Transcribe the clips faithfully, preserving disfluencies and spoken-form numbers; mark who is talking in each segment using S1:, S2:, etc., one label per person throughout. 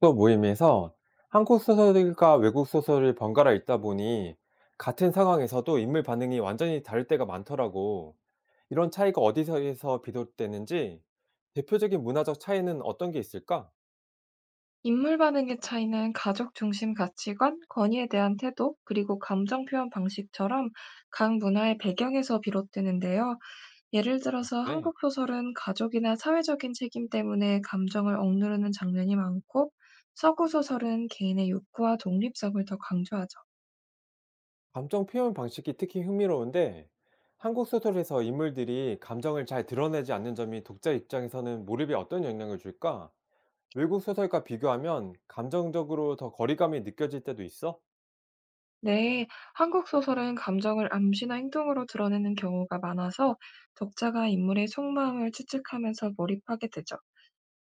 S1: 독서 모임에서 한국 소설과 외국 소설을 번갈아 읽다 보니 같은 상황에서도 인물 반응이 완전히 다를 때가 많더라고. 이런 차이가 어디서에서 비롯되는지 대표적인 문화적 차이는 어떤 게 있을까?
S2: 인물 반응의 차이는 가족 중심 가치관, 권위에 대한 태도, 그리고 감정 표현 방식처럼 각 문화의 배경에서 비롯되는데요. 예를 들어서
S1: 그래.
S2: 한국 소설은 가족이나 사회적인 책임 때문에 감정을 억누르는 장면이 많고, 서구 소설은 개인의 욕구와 독립성을 더 강조하죠.
S1: 감정 표현 방식이 특히 흥미로운데 한국 소설에서 인물들이 감정을 잘 드러내지 않는 점이 독자 입장에서는 몰입에 어떤 영향을 줄까? 외국 소설과 비교하면 감정적으로 더 거리감이 느껴질 때도 있어?
S2: 네, 한국 소설은 감정을 암시나 행동으로 드러내는 경우가 많아서 독자가 인물의 속마음을 추측하면서 몰입하게 되죠.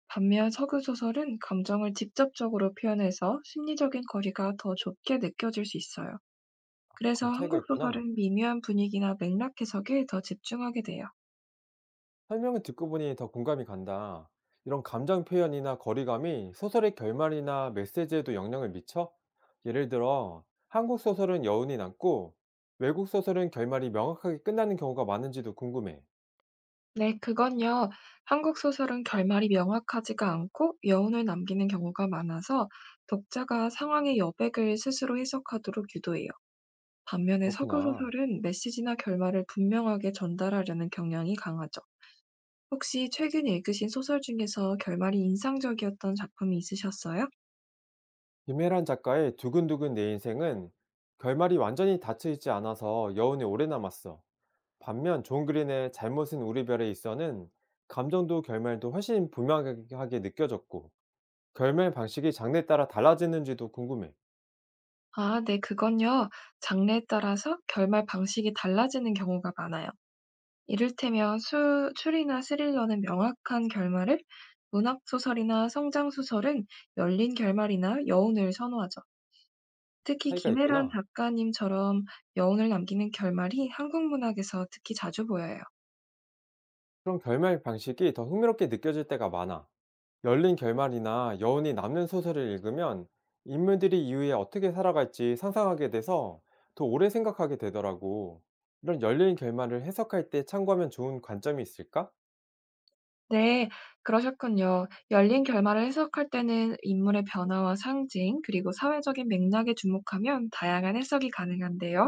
S2: 반면 서구 소설은 감정을 직접적으로 표현해서 심리적인 거리가 더 좁게 느껴질 수 있어요. 그래서
S1: 그런 차이가
S2: 한국
S1: 있구나.
S2: 소설은 미묘한 분위기나 맥락 해석에 더 집중하게 돼요.
S1: 설명을 듣고 보니 더 공감이 간다. 이런 감정 표현이나 거리감이 소설의 결말이나 메시지에도 영향을 미쳐? 예를 들어, 한국 소설은 여운이 남고, 외국 소설은 결말이 명확하게 끝나는 경우가 많은지도 궁금해.
S2: 네, 그건요. 한국 소설은 결말이 명확하지가 않고 여운을 남기는 경우가 많아서 독자가 상황의 여백을 스스로 해석하도록 유도해요. 반면에 서구
S1: 그렇구나.
S2: 소설은 메시지나 결말을 분명하게 전달하려는 경향이 강하죠. 혹시 최근 읽으신 소설 중에서 결말이 인상적이었던 작품이 있으셨어요?
S1: 김혜란 작가의 두근두근 내 인생은 결말이 완전히 닫혀있지 않아서 여운이 오래 남았어. 반면 존 그린의 잘못은 우리 별에 있어는 감정도 결말도 훨씬 분명하게 느껴졌고, 결말 방식이 장르에 따라 달라지는지도 궁금해.
S2: 아, 네, 그건요. 장르에 따라서 결말 방식이 달라지는 경우가 많아요. 이를테면 수, 추리나 스릴러는 명확한 결말을, 문학소설이나 성장소설은 열린 결말이나 여운을 선호하죠. 특히
S1: 차이가
S2: 김혜란
S1: 있구나.
S2: 작가님처럼 여운을 남기는 결말이 한국 문학에서 특히 자주 보여요.
S1: 그럼 결말 방식이 더 흥미롭게 느껴질 때가 많아. 열린 결말이나 여운이 남는 소설을 읽으면 인물들이 이후에 어떻게 살아갈지 상상하게 돼서 더 오래 생각하게 되더라고. 이런 열린 결말을 해석할 때 참고하면 좋은 관점이 있을까?
S2: 네, 그러셨군요. 열린 결말을 해석할 때는 인물의 변화와 상징, 그리고 사회적인 맥락에 주목하면 다양한 해석이 가능한데요.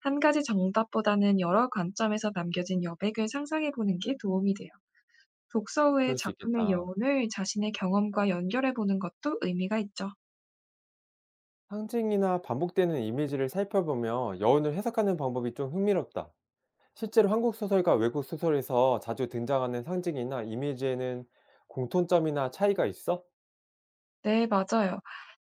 S2: 한 가지 정답보다는 여러 관점에서 남겨진 여백을 상상해 보는 게 도움이 돼요. 독서 후에
S1: 그럴 수
S2: 작품의
S1: 있겠다.
S2: 여운을 자신의 경험과 연결해 보는 것도 의미가 있죠.
S1: 상징이나 반복되는 이미지를 살펴보며 여운을 해석하는 방법이 좀 흥미롭다. 실제로 한국 소설과 외국 소설에서 자주 등장하는 상징이나 이미지에는 공통점이나 차이가 있어?
S2: 네, 맞아요.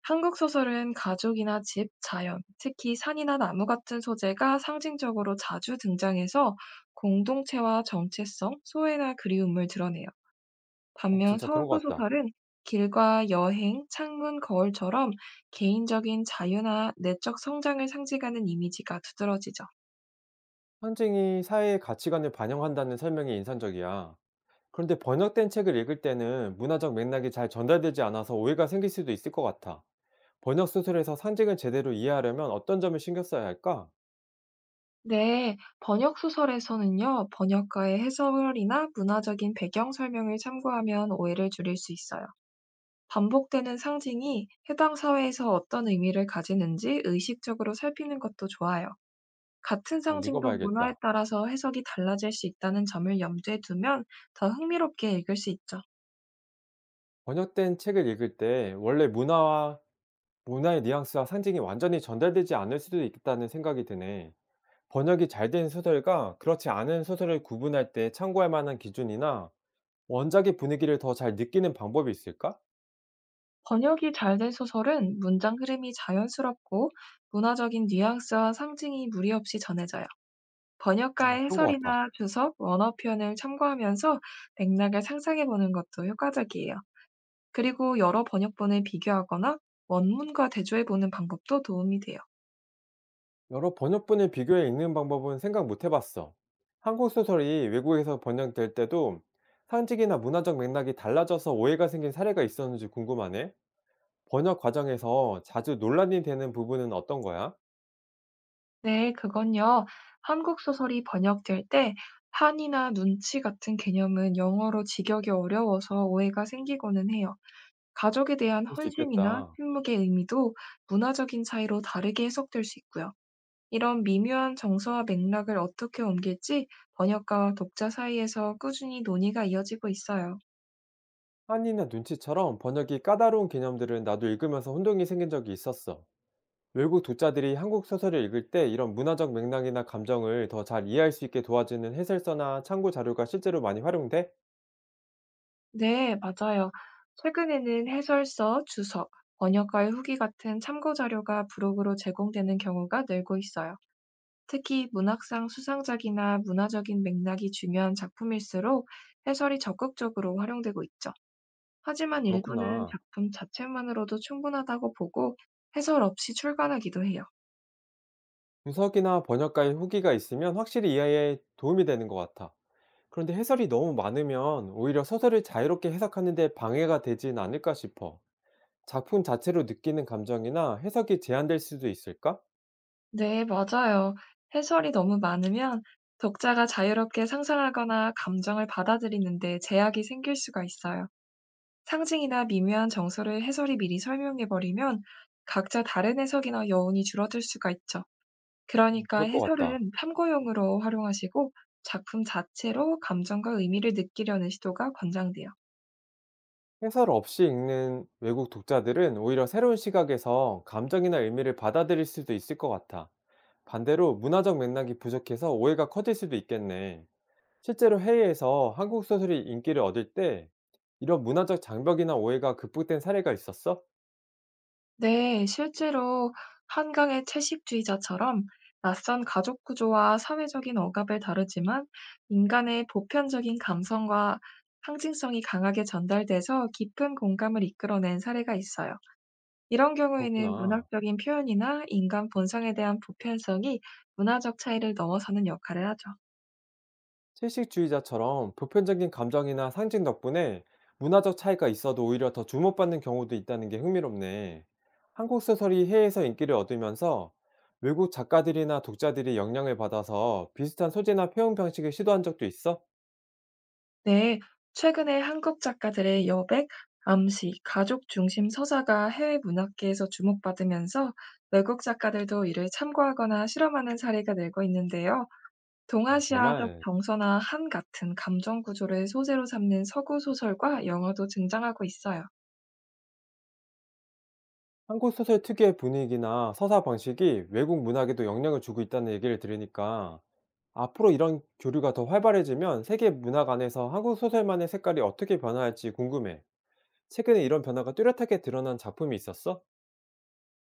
S2: 한국 소설은 가족이나 집, 자연, 특히 산이나 나무 같은 소재가 상징적으로 자주 등장해서 공동체와 정체성, 소외나 그리움을 드러내요.
S1: 어,
S2: 반면
S1: 진짜 그런
S2: 서구
S1: 것 같다.
S2: 소설은 길과 여행, 창문, 거울처럼 개인적인 자유나 내적 성장을 상징하는 이미지가 두드러지죠.
S1: 상징이 사회의 가치관을 반영한다는 설명이 인상적이야. 그런데 번역된 책을 읽을 때는 문화적 맥락이 잘 전달되지 않아서 오해가 생길 수도 있을 것 같아. 번역 소설에서 상징을 제대로 이해하려면 어떤 점을 신경 써야 할까?
S2: 네, 번역 소설에서는요, 번역가의 해설이나 문화적인 배경 설명을 참고하면 오해를 줄일 수 있어요. 반복되는 상징이 해당 사회에서 어떤 의미를 가지는지 의식적으로 살피는 것도 좋아요. 같은
S1: 잘
S2: 상징도 문화에
S1: 읽어봐야겠다.
S2: 따라서 해석이 달라질 수 있다는 점을 염두에 두면 더 흥미롭게 읽을 수 있죠.
S1: 번역된 책을 읽을 때 원래 문화와 문화의 뉘앙스와 상징이 완전히 전달되지 않을 수도 있다는 생각이 드네. 번역이 잘 된 소설과 그렇지 않은 소설을 구분할 때 참고할 만한 기준이나 원작의 분위기를 더 잘 느끼는 방법이 있을까?
S2: 번역이 잘된 소설은 문장 흐름이 자연스럽고 문화적인 뉘앙스와 상징이 무리 없이 전해져요.
S1: 어,
S2: 번역가의
S1: 그런 것 같아.
S2: 해설이나 주석, 원어 표현을 참고하면서 맥락을 상상해 보는 것도 효과적이에요. 그리고 여러 번역본을 비교하거나 원문과 대조해 보는 방법도 도움이 돼요.
S1: 여러 번역본을 비교해 읽는 방법은 생각 못 해봤어. 한국 소설이 외국에서 번역될 때도 상징이나 문화적 맥락이 달라져서 오해가 생긴 사례가 있었는지 궁금하네. 번역 과정에서 자주 논란이 되는 부분은 어떤 거야?
S2: 네, 그건요. 한국 소설이 번역될 때 한이나 눈치 같은 개념은 영어로 직역이 어려워서 오해가 생기고는 해요. 가족에 대한
S1: 그럴 수
S2: 헌신이나
S1: 있겠다.
S2: 침묵의 의미도 문화적인 차이로 다르게 해석될 수 있고요. 이런 미묘한 정서와 맥락을 어떻게 옮길지 번역가와 독자 사이에서 꾸준히 논의가 이어지고 있어요.
S1: 한이나 눈치처럼 번역이 까다로운 개념들은 나도 읽으면서 혼동이 생긴 적이 있었어. 외국 독자들이 한국 소설을 읽을 때 이런 문화적 맥락이나 감정을 더 잘 이해할 수 있게 도와주는 해설서나 참고 자료가 실제로 많이 활용돼?
S2: 네, 맞아요. 최근에는 해설서, 주석, 번역가의 후기 같은 참고 자료가 부록으로 제공되는 경우가 늘고 있어요. 특히 문학상 수상작이나 문화적인 맥락이 중요한 작품일수록 해설이 적극적으로 활용되고 있죠. 하지만 일부는
S1: 그렇구나.
S2: 작품 자체만으로도 충분하다고 보고 해설 없이 출간하기도 해요.
S1: 분석이나 번역가의 후기가 있으면 확실히 이해에 도움이 되는 것 같아. 그런데 해설이 너무 많으면 오히려 소설을 자유롭게 해석하는 데 방해가 되진 않을까 싶어. 작품 자체로 느끼는 감정이나 해석이 제한될 수도 있을까?
S2: 네, 맞아요. 해설이 너무 많으면 독자가 자유롭게 상상하거나 감정을 받아들이는데 제약이 생길 수가 있어요. 상징이나 미묘한 정서를 해설이 미리 설명해 버리면 각자 다른 해석이나 여운이 줄어들 수가 있죠. 그러니까
S1: 그럴 것 같다.
S2: 해설은 참고용으로 활용하시고 작품 자체로 감정과 의미를 느끼려는 시도가 권장돼요.
S1: 해설 없이 읽는 외국 독자들은 오히려 새로운 시각에서 감정이나 의미를 받아들일 수도 있을 것 같아. 반대로 문화적 맥락이 부족해서 오해가 커질 수도 있겠네. 실제로 해외에서 한국 소설이 인기를 얻을 때 이런 문화적 장벽이나 오해가 극복된 사례가 있었어?
S2: 네, 실제로 한강의 채식주의자처럼 낯선 가족 구조와 사회적인 억압을 다루지만 인간의 보편적인 감성과 상징성이 강하게 전달돼서 깊은 공감을 이끌어낸 사례가 있어요. 이런 경우에는
S1: 그렇구나.
S2: 문학적인 표현이나 인간 본성에 대한 보편성이 문화적 차이를 넘어서는 역할을 하죠.
S1: 채식주의자처럼 보편적인 감정이나 상징 덕분에 문화적 차이가 있어도 오히려 더 주목받는 경우도 있다는 게 흥미롭네. 한국 소설이 해외에서 인기를 얻으면서 외국 작가들이나 독자들이 영향을 받아서 비슷한 소재나 표현 방식을 시도한 적도 있어?
S2: 네, 최근에 한국 작가들의 여백, 암시, 가족 중심 서사가 해외 문학계에서 주목받으면서 외국 작가들도 이를 참고하거나 실험하는 사례가 늘고 있는데요.
S1: 아,
S2: 동아시아적
S1: 정말.
S2: 정서나 한 같은 감정 구조를 소재로 삼는 서구 소설과 영화도 등장하고 있어요.
S1: 한국 소설 특유의 분위기나 서사 방식이 외국 문학에도 영향을 주고 있다는 얘기를 들으니까 앞으로 이런 교류가 더 활발해지면 세계 문학 안에서 한국 소설만의 색깔이 어떻게 변화할지 궁금해. 최근에 이런 변화가 뚜렷하게 드러난 작품이 있었어?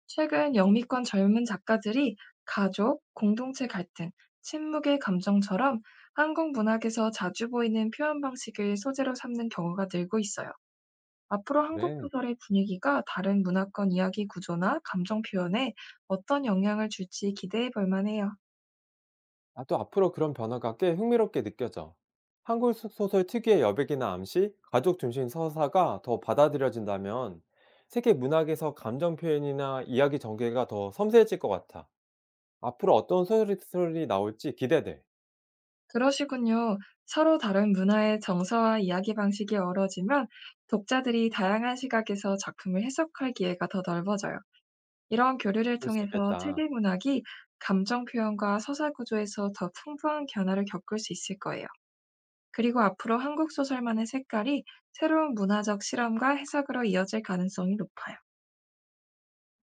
S2: 최근 영미권 젊은 작가들이 가족, 공동체 갈등, 침묵의 감정처럼 한국 문학에서 자주 보이는 표현 방식을 소재로 삼는 경우가 늘고 있어요. 앞으로 한국
S1: 그래.
S2: 소설의 분위기가 다른 문화권 이야기 구조나 감정 표현에 어떤 영향을 줄지 기대해 볼 만해요.
S1: 나도 앞으로 그런 변화가 꽤 흥미롭게 느껴져. 한국 소- 소설 특유의 여백이나 암시, 가족 중심 서사가 더 받아들여진다면 세계 문학에서 감정 표현이나 이야기 전개가 더 섬세해질 것 같아. 앞으로 어떤 소설이 나올지 기대돼.
S2: 그러시군요. 서로 다른 문화의 정서와 이야기 방식이 어우러지면 독자들이 다양한 시각에서 작품을 해석할 기회가 더 넓어져요. 이런 교류를
S1: 그럴 수
S2: 통해서 세계
S1: 있겠다.
S2: 문학이 감정 표현과 서사 구조에서 더 풍부한 변화를 겪을 수 있을 거예요. 그리고 앞으로 한국 소설만의 색깔이 새로운 문화적 실험과 해석으로 이어질 가능성이 높아요.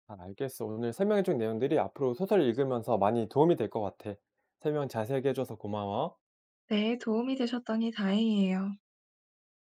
S1: 잘 알겠어. 오늘 설명해 준 내용들이 앞으로 소설 읽으면서 많이 도움이 될 것 같아. 설명 자세하게 해 줘서 고마워.
S2: 네, 도움이 되셨더니 다행이에요.